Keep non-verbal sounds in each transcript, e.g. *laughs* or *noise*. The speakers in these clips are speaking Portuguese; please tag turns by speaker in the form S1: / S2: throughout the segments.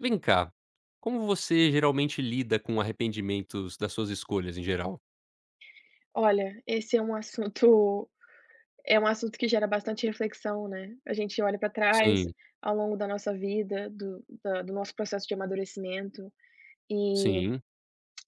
S1: Vem cá, como você geralmente lida com arrependimentos das suas escolhas em geral?
S2: Olha, esse é um assunto que gera bastante reflexão, né. A gente olha para trás
S1: Sim,
S2: ao longo da nossa vida, do nosso processo de amadurecimento. E
S1: sim.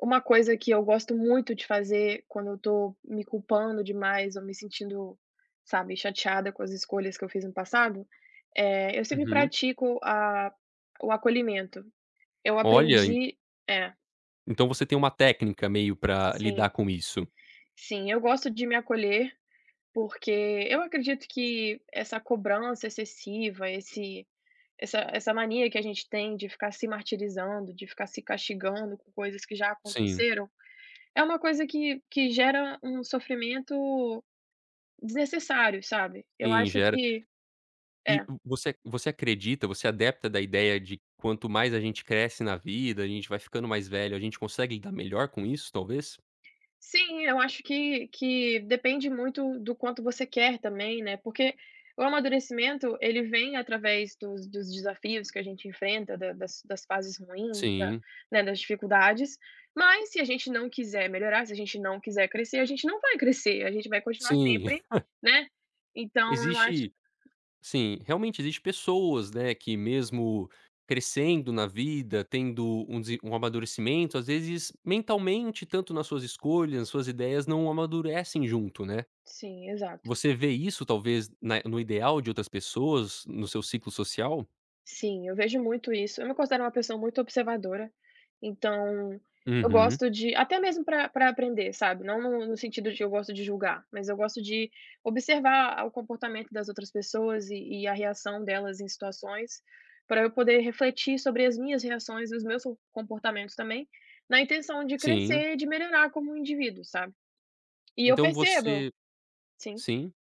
S2: uma coisa que eu gosto muito de fazer quando eu tô me culpando demais ou me sentindo, sabe, chateada com as escolhas que eu fiz no passado, eu sempre
S1: Uhum.
S2: pratico a o acolhimento. Eu
S1: Olha, en
S2: aprendi é,
S1: então você tem uma técnica meio pra lidar
S2: sim,
S1: com isso.
S2: sim, eu gosto de me acolher. Porque eu acredito que essa cobrança excessiva, esse essa mania que a gente tem de ficar se martirizando, de ficar se castigando com coisas que já
S1: Sim,
S2: aconteceram, é uma coisa que gera um sofrimento desnecessário, sabe. Eu
S1: sim,
S2: acho
S1: gera.
S2: que
S1: E
S2: é.
S1: vo você você acredita, você é adepta da ideia de quanto mais a gente cresce na vida, a gente vai ficando mais velho, a gente consegue lidar melhor com isso, talvez?
S2: Sim, eu acho que depende muito do quanto você quer também, né, porque o amadurecimento, ele vem através dos desafios que a gente enfrenta, da das fases ruins, da,
S1: Sim,
S2: né, das dificuldades, mas se a gente não quiser melhorar, se a gente não quiser crescer, a gente não vai crescer, a gente vai continuar
S1: sim.
S2: sempre,
S1: *laughs*
S2: né. Então eu acho,
S1: Existe Sim, realmente existe pessoas, né, que mesmo crescendo na vida, tendo um desen um amadurecimento, às vezes mentalmente, tanto nas suas escolhas, nas suas ideias, não amadurecem junto, né.
S2: sim, exato.
S1: Você vê isso talvez na no ideal de outras pessoas, no seu ciclo social?
S2: Sim, eu vejo muito isso. Eu me considero uma pessoa muito observadora, então eu
S1: Uhum.
S2: gosto de até mesmo para pra aprender, sabe, não no sentido de eu gosto de julgar, mas eu gosto de observar o comportamento das outras pessoas e a reação delas em situações, para eu poder refletir sobre as minhas reações e os meus comportamentos também, na intenção de
S1: Sim.
S2: crescer e de melhorar como indivíduo, sabe. E eu
S1: Então
S2: percebo,
S1: você
S2: sim.
S1: Sim.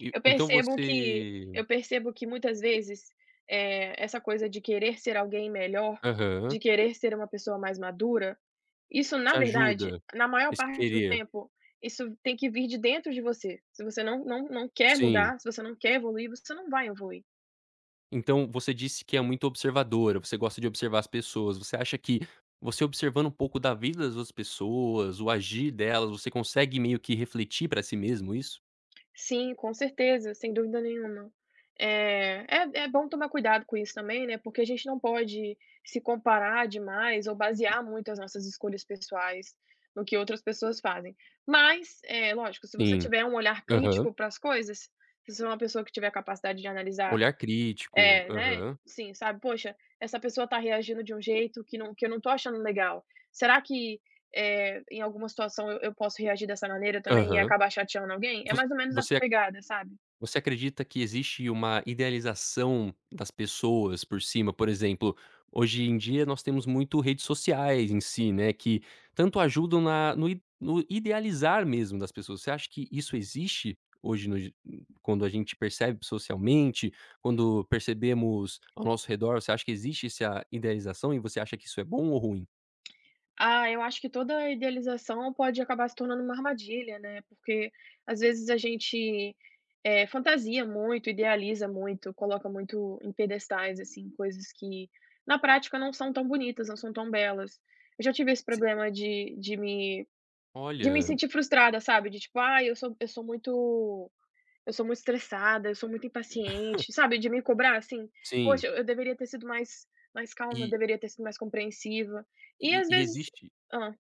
S1: E
S2: Eu
S1: então
S2: percebo que
S1: você
S2: muitas vezes, essa coisa de querer ser alguém melhor,
S1: Aham.
S2: de querer ser uma pessoa mais madura, isso
S1: Te
S2: na verdade,
S1: ajuda
S2: na maior
S1: esse
S2: parte do
S1: querer.
S2: tempo, isso tem que vir de dentro de você. Se você não quer
S1: Sim.
S2: mudar, se você não quer evoluir, você não vai evoluir.
S1: Então, você disse que é muito observadora, você gosta de observar as pessoas. Você acha que você observando um pouco da vida das outras pessoas, o agir delas, você consegue meio que refletir pra si mesmo isso?
S2: Sim, com certeza, sem dúvida nenhuma. É é bom tomar cuidado com isso também, né, porque a gente não pode se comparar demais ou basear muito as nossas escolhas pessoais no que outras pessoas fazem. Mas, é lógico, se você
S1: Sim.
S2: tiver um olhar
S1: Aham.
S2: crítico para as coisas, se você é uma pessoa que tiver a capacidade de analisar,
S1: Olhar crítico.
S2: é, né,
S1: Aham.
S2: sim, sabe, poxa, essa pessoa tá reagindo de um jeito que não, que eu não tô achando legal. Será que, é, em alguma situação eu posso reagir dessa maneira também e
S1: Aham.
S2: acabar chateando alguém? É
S1: Voc
S2: mais ou menos essa
S1: você
S2: pegada, sabe.
S1: Você acredita que existe uma idealização das pessoas por cima? Por exemplo, hoje em dia nós temos muito redes sociais em si, né, que tanto ajudam na no i no idealizar mesmo das pessoas. Você acha que isso existe hoje no di quando a gente percebe socialmente, quando percebemos ao nosso redor, você acha que existe essa idealização e você acha que isso é bom ou ruim?
S2: Ah, eu acho que toda idealização pode acabar se tornando uma armadilha, né, porque às vezes a gente, fantasia muito, idealiza muito, coloca muito em pedestais, assim, coisas que na prática não são tão bonitas, não são tão belas. Eu já tive esse
S1: Se
S2: problema de me de me
S1: Olha,
S2: sentir frustrada, sabe, de tipo: "Ah, eu sou, eu sou muito estressada, eu sou muito impaciente", sabe, de me cobrar assim:
S1: sim.
S2: "Poxa, eu deveria ter sido mais, mais calma, eu
S1: E
S2: deveria ter sido mais compreensiva". E
S1: e
S2: às
S1: e
S2: vezes,
S1: existe
S2: hã?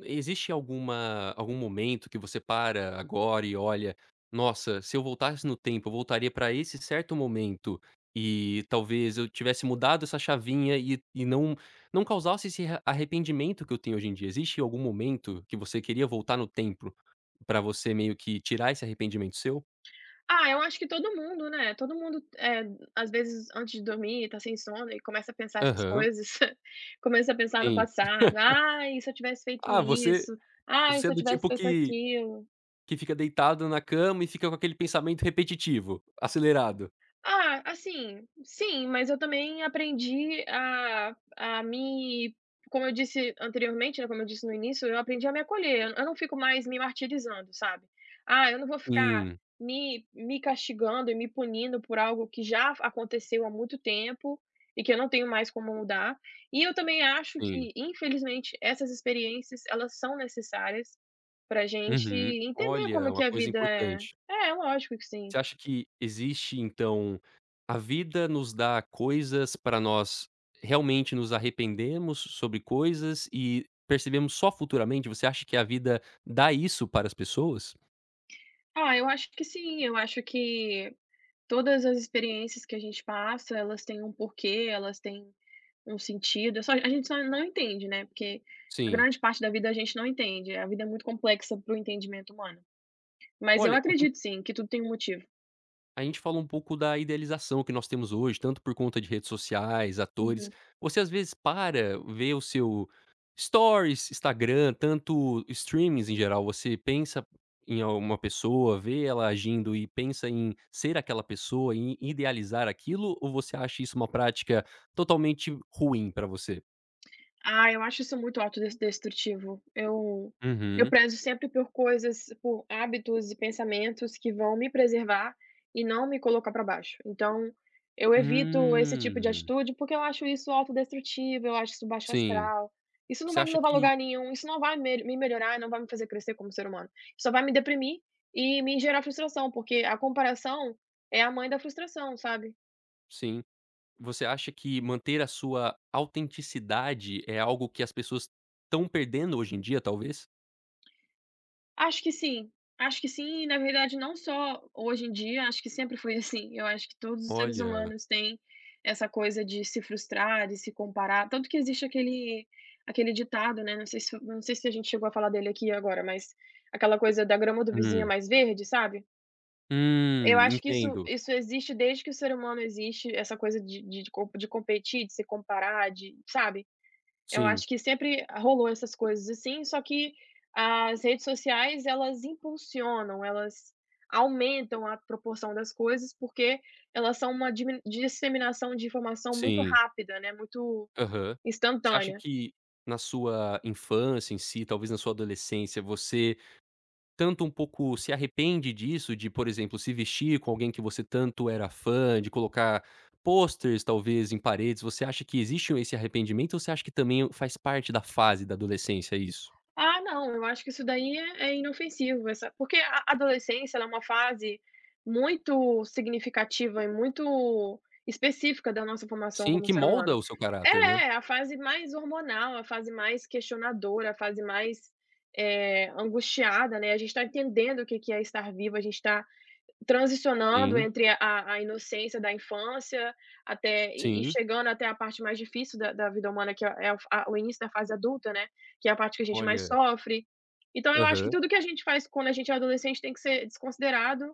S1: Existe algum momento que você para agora e olha: "Nossa, se eu voltasse no tempo, eu voltaria para esse certo momento e talvez eu tivesse mudado essa chavinha e não causasse esse re arrependimento que eu tenho hoje em dia". Existe algum momento que você queria voltar no tempo para você meio que tirar esse arrependimento seu?
S2: Ah, eu acho que todo mundo, né, todo mundo, é, às vezes antes de dormir tá sem sono e começa a pensar essas
S1: Aham,
S2: coisas, *laughs* começa a pensar no
S1: sim.
S2: passado: "Ai, se eu tivesse feito
S1: Ah, você
S2: isso. Ai,
S1: você
S2: se
S1: é
S2: eu
S1: do
S2: tivesse
S1: tipo
S2: feito
S1: que
S2: aquilo".
S1: que fica deitado na cama e fica com aquele pensamento repetitivo, acelerado.
S2: Ah, assim, sim, mas eu também aprendi a me, como eu disse anteriormente, né, como eu disse no início, eu aprendi a me acolher, eu não fico mais me martirizando, sabe. Ah, eu não vou ficar
S1: Sim,
S2: me castigando e me punindo por algo que já aconteceu há muito tempo e que eu não tenho mais como mudar. E eu também acho
S1: sim.
S2: que, infelizmente, essas experiências, elas são necessárias pra gente
S1: Uhum.
S2: entender
S1: Olha,
S2: como que
S1: uma
S2: a
S1: coisa
S2: vida é.
S1: importante.
S2: É, lógico que sim.
S1: Você acha que existe, então a vida nos dá coisas para nós realmente nos arrependemos sobre coisas e percebemos só futuramente? Você acha que a vida dá isso para as pessoas?
S2: Ah, eu acho que sim, eu acho que todas as experiências que a gente passa, elas têm um porquê, elas têm um sentido, é só a gente só não entende, né, porque a
S1: Sim.
S2: grande parte da vida a gente não entende, a vida é muito complexa para o entendimento humano. Mas eu
S1: Olha, a
S2: acredito sim, que tudo tem um motivo.
S1: a gente fala um pouco da idealização que nós temos hoje, tanto por conta de redes sociais, atores.
S2: Uhum.
S1: Você às vezes para, ver o seu stories, Instagram, tanto streamings em geral, você pensa em alguma pessoa, vê ela agindo e pensa em ser aquela pessoa, em idealizar aquilo, ou você acha isso uma prática totalmente ruim pra você?
S2: Ah, eu acho isso muito autodestrutivo. Eu
S1: Uhum.
S2: prezo sempre por coisas, por hábitos e pensamentos que vão me preservar e não me colocar para baixo. Então, eu evito esse tipo de
S1: Hum,
S2: atitude, porque eu acho isso autodestrutivo, eu acho isso baixo
S1: sim.
S2: astral. Isso não
S1: Você
S2: vai me
S1: acha
S2: levar a
S1: que
S2: lugar nenhum, isso não vai me melhorar, não vai me fazer crescer como ser humano. Só vai me deprimir e me gerar frustração, porque a comparação é a mãe da frustração, sabe?
S1: Sim. Você acha que manter a sua autenticidade é algo que as pessoas estão perdendo hoje em dia, talvez?
S2: Acho que sim, acho que sim, e na verdade não só hoje em dia, acho que sempre foi assim, eu acho que todos os seres
S1: Olha.
S2: humanos têm essa coisa de se frustrar, de se comparar, tanto que existe aquele, ditado, né, não sei se, a gente chegou a falar dele aqui agora, mas aquela coisa da grama do vizinho é
S1: Hum.
S2: mais verde, sabe. Eu acho que
S1: Entendo.
S2: isso existe desde que o ser humano existe, essa coisa de co de competir, de se comparar, de, sabe. Eu
S1: Sim,
S2: acho que sempre rolou essas coisas assim, só que as redes sociais elas impulsionam, elas aumentam a proporção das coisas, porque elas são uma dimin disseminação de informação muito
S1: sim.
S2: rápida, né, muito
S1: Aham. Você acha
S2: instantânea.
S1: que na sua infância em si, talvez na sua adolescência, você tanto um pouco se arrepende disso, de, por exemplo, se vestir com alguém que você tanto era fã, de colocar posters, talvez, em paredes? Você acha que existe esse arrependimento ou você acha que também faz parte da fase da adolescência isso?
S2: Ah, não, eu acho que isso daí é é inofensivo, essa, porque a adolescência, ela é uma fase muito significativa e muito específica da nossa formação
S1: Sim,
S2: como
S1: que
S2: ser
S1: molda
S2: humano.
S1: o seu
S2: É,
S1: caráter, né.
S2: é a fase mais hormonal, a fase mais questionadora, a fase mais, angustiada, né, a gente está entendendo o que que é estar vivo, a gente está transicionando
S1: Sim,
S2: entre a inocência da infância até e
S1: sim.
S2: chegando até a parte mais difícil da vida humana, que é é o a o início da fase adulta, né, que é a parte que a gente mais
S1: Olha,
S2: sofre. Então eu acho que
S1: aham.
S2: tudo que a gente faz quando a gente é adolescente tem que ser desconsiderado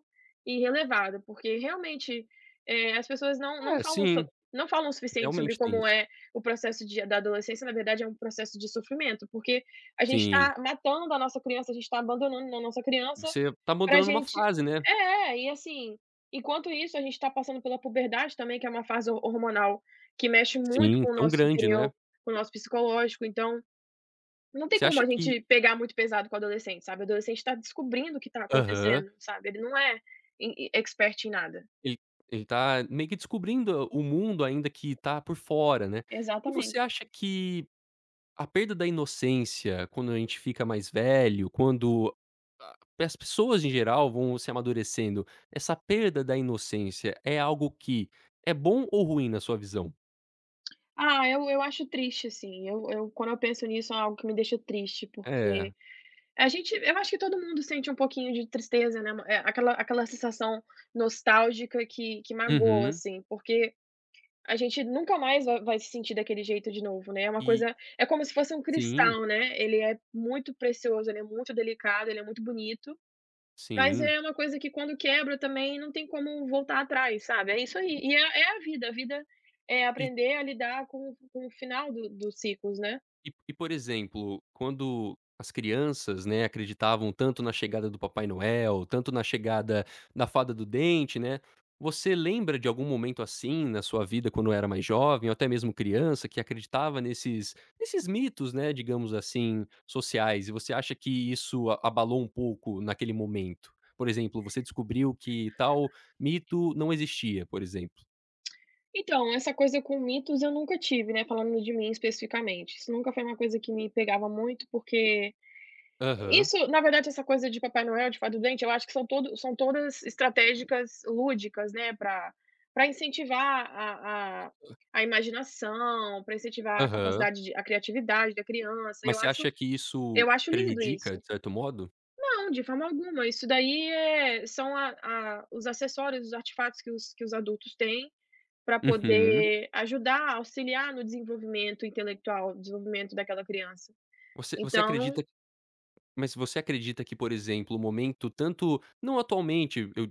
S2: e relevado, porque realmente, as pessoas não
S1: É,
S2: falam
S1: sim,
S2: sob, não falam o suficiente sobre
S1: realmente tem
S2: como
S1: isso.
S2: é o processo de da adolescência, na verdade é um processo de sofrimento, porque a gente
S1: Sim.
S2: está matando a nossa criança, a gente está abandonando a nossa criança.
S1: Você tá
S2: Pra
S1: abandonando uma
S2: gente
S1: fase, né.
S2: é, e assim, enquanto isso a gente tá passando pela puberdade também, que é uma fase ho hormonal que mexe muito
S1: Sim,
S2: com o
S1: tão
S2: nosso
S1: grande, né.
S2: interior, com o nosso psicológico, então, não tem
S1: Você
S2: como
S1: acha
S2: a
S1: que
S2: gente pegar muito pesado com o adolescente, sabe. O adolescente tá descobrindo o que tá
S1: Aham.
S2: acontecendo, sabe, ele não é e expert em nada.
S1: Ele ele tá meio que descobrindo o mundo ainda que tá por fora, né. E você
S2: Exatamente.
S1: acha que a perda da inocência, quando a gente fica mais velho, quando a as pessoas em geral vão se amadurecendo, essa perda da inocência é algo que é bom ou ruim na sua visão?
S2: Ah, eu acho triste, assim, eu, quando eu penso nisso é algo que me deixa triste,
S1: É.
S2: porque a gente, eu acho que todo mundo sente um pouquinho de tristeza, né, é aquela, sensação nostálgica que magoa,
S1: Uhum.
S2: assim, porque a gente nunca mais vai se sentir daquele jeito de novo, né, é uma
S1: E
S2: coisa, é como se fosse um
S1: sim,
S2: cristal, né, ele é muito precioso, ele é muito delicado, ele é muito bonito, mas
S1: sim.
S2: é uma coisa que quando quebra também não tem como voltar atrás, sabe, é isso aí, e é é a vida é
S1: E
S2: aprender a lidar com o final do dos ciclos, né.
S1: e, por exemplo, quando as crianças, né, acreditavam tanto na chegada do Papai Noel, tanto na chegada da Fada do Dente, né, você lembra de algum momento assim na sua vida quando era mais jovem ou até mesmo criança que acreditava nesses mitos, né, digamos assim, sociais, e você acha que isso a abalou um pouco naquele momento? Por exemplo, você descobriu que tal mito não existia, por exemplo.
S2: Então, essa coisa com mitos eu nunca tive, né, falando de mim especificamente. Isso nunca foi uma coisa que me pegava muito, porque
S1: Aham.
S2: isso, na verdade, essa coisa de Papai Noel, de Fada do Dente, eu acho que são todo, são todas estratégicas lúdicas, né, para, incentivar a a imaginação, para incentivar a
S1: Aham.
S2: capacidade de, a criatividade da criança,
S1: Mas
S2: eu
S1: você
S2: acho,
S1: acha que isso
S2: lindo
S1: prejudica,
S2: isso.
S1: de certo modo?
S2: Não, de forma alguma, isso daí é, são a, os acessórios, os artefatos que os, que os adultos têm para
S1: Uhum.
S2: poder ajudar, auxiliar no desenvolvimento intelectual, desenvolvimento daquela criança.
S1: Você você
S2: Então,
S1: acredita mas você acredita que, por exemplo, o momento tanto não atualmente, eu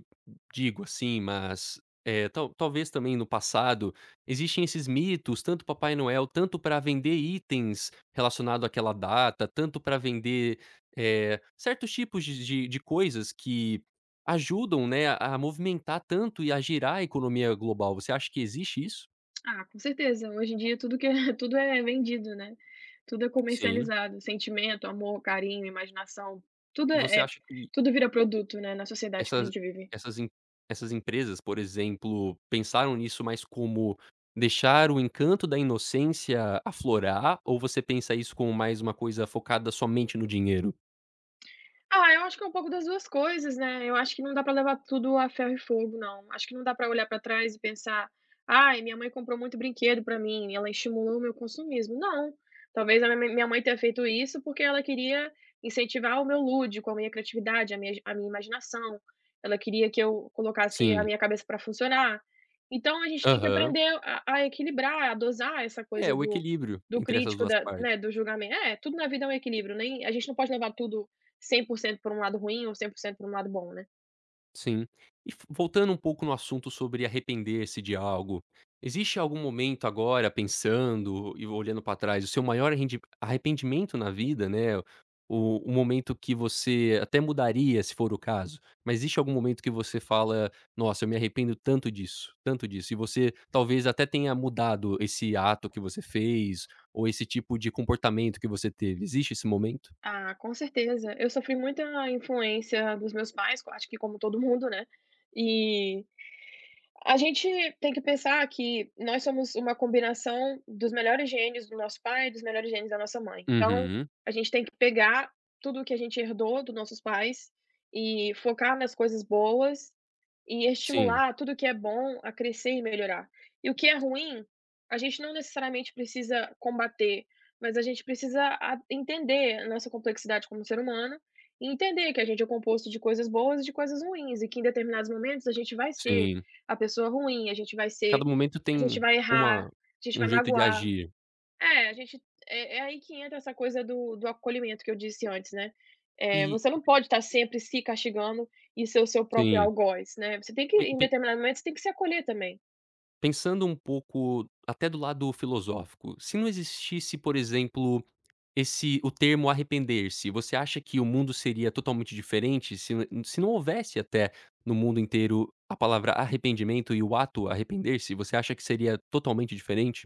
S1: digo assim, mas, talvez também no passado, existem esses mitos, tanto Papai Noel, tanto para vender itens relacionados àquela data, tanto para vender, certos tipos de coisas que ajudam, né, a movimentar tanto e a girar a economia global. Você acha que existe isso?
S2: ah, com certeza, hoje em dia tudo que é *laughs* tudo é vendido, né, tudo é
S1: Sim.
S2: comercializado, sentimento, amor, carinho, imaginação, tudo
S1: E você
S2: é,
S1: acha que
S2: tudo vira produto, né, na sociedade que a
S1: essas
S2: gente vive.
S1: essas em essas empresas, por exemplo, pensaram nisso mais como deixar o encanto da inocência aflorar, ou você pensa isso como mais uma coisa focada somente no dinheiro?
S2: Ah, eu acho que é um pouco das 2 coisas, né. Eu acho que não dá pra levar tudo a ferro e fogo, não. Acho que não dá pra olhar pra trás e pensar: "Ai, minha mãe comprou muito brinquedo pra mim, ela estimulou o meu consumismo". Não, talvez a mi minha mãe tenha feito isso porque ela queria incentivar o meu lúdico, a minha criatividade, a minha imaginação. Ela queria que eu colocasse a
S1: Sim.
S2: minha cabeça pra funcionar. Então a gente tem que
S1: Aham.
S2: aprender a equilibrar, a dosar essa
S1: É,
S2: coisa
S1: o
S2: do
S1: equilíbrio
S2: do
S1: entre essas
S2: crítico,
S1: 2
S2: da,
S1: partes.
S2: né, do julgamento. É, tudo na vida é um equilíbrio, nem, a gente não pode levar tudo 100% por um lado ruim ou 100% por um lado bom, né.
S1: Sim. E f voltando um pouco no assunto sobre arrepender-se de algo, existe algum momento agora, pensando e olhando para trás, o seu maior arrendi arrependimento na vida, né, o momento que você até mudaria, se for o caso, mas existe algum momento que você fala: "Nossa, eu me arrependo tanto disso", e você talvez até tenha mudado esse ato que você fez, ou esse tipo de comportamento que você teve, existe esse momento?
S2: Ah, com certeza. Eu sofri muita influência dos meus pais, que eu acho que como todo mundo, né, e a gente tem que pensar que nós somos uma combinação dos melhores genes do nosso pai e dos melhores genes da nossa mãe. Então,
S1: Uhum.
S2: a gente tem que pegar tudo o que a gente herdou dos nossos pais e focar nas coisas boas e
S1: Sim,
S2: estimular tudo que é bom a crescer e melhorar. E o que é ruim, a gente não necessariamente precisa combater, mas a gente precisa a- entender a nossa complexidade como ser humano e entender que a gente é composto de coisas boas e de coisas ruins e que em determinados momentos a gente vai ser
S1: sim.
S2: a pessoa ruim,
S1: Cada momento
S2: a gente
S1: tem
S2: vai errar, a
S1: uma
S2: gente
S1: um
S2: vai
S1: jeito de
S2: magoar.
S1: agir.
S2: É, a gente, é é aí que entra essa coisa do acolhimento que eu disse antes, né.
S1: E
S2: Você não pode estar sempre se castigando e ser o seu próprio
S1: Sim.
S2: algoz, né. Você tem que
S1: pen
S2: em
S1: pen
S2: determinado momento, você tem que se acolher também.
S1: pensando um pouco até do lado filosófico, se não existisse, por exemplo, esse o termo arrepender-se, você acha que o mundo seria totalmente diferente se não houvesse até no mundo inteiro a palavra arrependimento e o ato arrepender-se, você acha que seria totalmente diferente?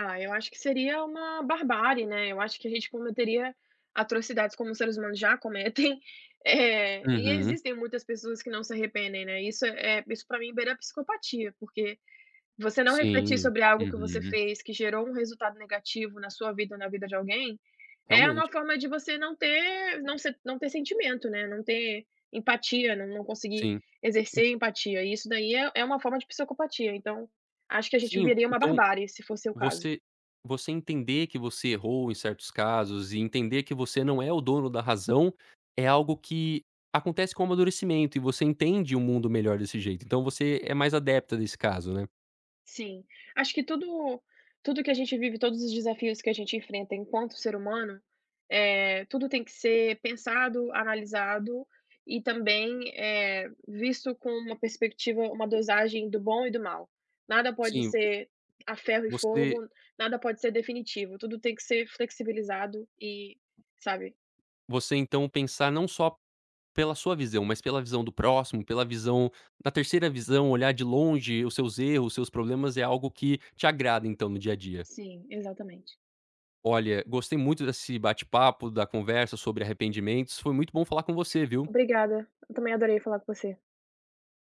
S2: Ah, eu acho que seria uma barbárie, né, eu acho que a gente cometeria atrocidades como os seres humanos já cometem, *laughs* e
S1: Uhum,
S2: existem muitas pessoas que não se arrependem, né, isso é é, isso para mim beira a psicopatia, porque você não refletir
S1: sim,
S2: sobre algo que você
S1: uhum,
S2: fez que gerou um resultado negativo na sua vida ou na vida de alguém, é uma
S1: realmente,
S2: forma de você não ter, não ser, não ter sentimento, né, não ter empatia, não conseguir
S1: sim.
S2: exercer empatia, e isso daí é é uma forma de psicopatia, então, acho que a gente
S1: Sim,
S2: viria uma
S1: então,
S2: barbárie se fosse o caso.
S1: Você você entender que você errou em certos casos e entender que você não é o dono da razão, é algo que acontece com o amadurecimento e você entende o mundo melhor desse jeito, então você é mais adepta desse caso, né.
S2: Sim. Acho que tudo, que a gente vive, todos os desafios que a gente enfrenta enquanto ser humano, é tudo, tem que ser pensado, analisado e também, é visto com uma perspectiva, uma dosagem do bom e do mal. Nada pode
S1: Sim,
S2: ser a ferro e
S1: você
S2: fogo, nada pode ser definitivo, tudo tem que ser flexibilizado e, sabe?
S1: você então pensar não só pela sua visão, mas pela visão do próximo, pela visão na terceira visão, olhar de longe os seus erros, os seus problemas, é algo que te agrada então no dia a dia.
S2: Sim, exatamente.
S1: Olha, gostei muito desse bate-papo, da conversa sobre arrependimentos, foi muito bom falar com você, viu.
S2: Obrigada, eu também adorei falar com você.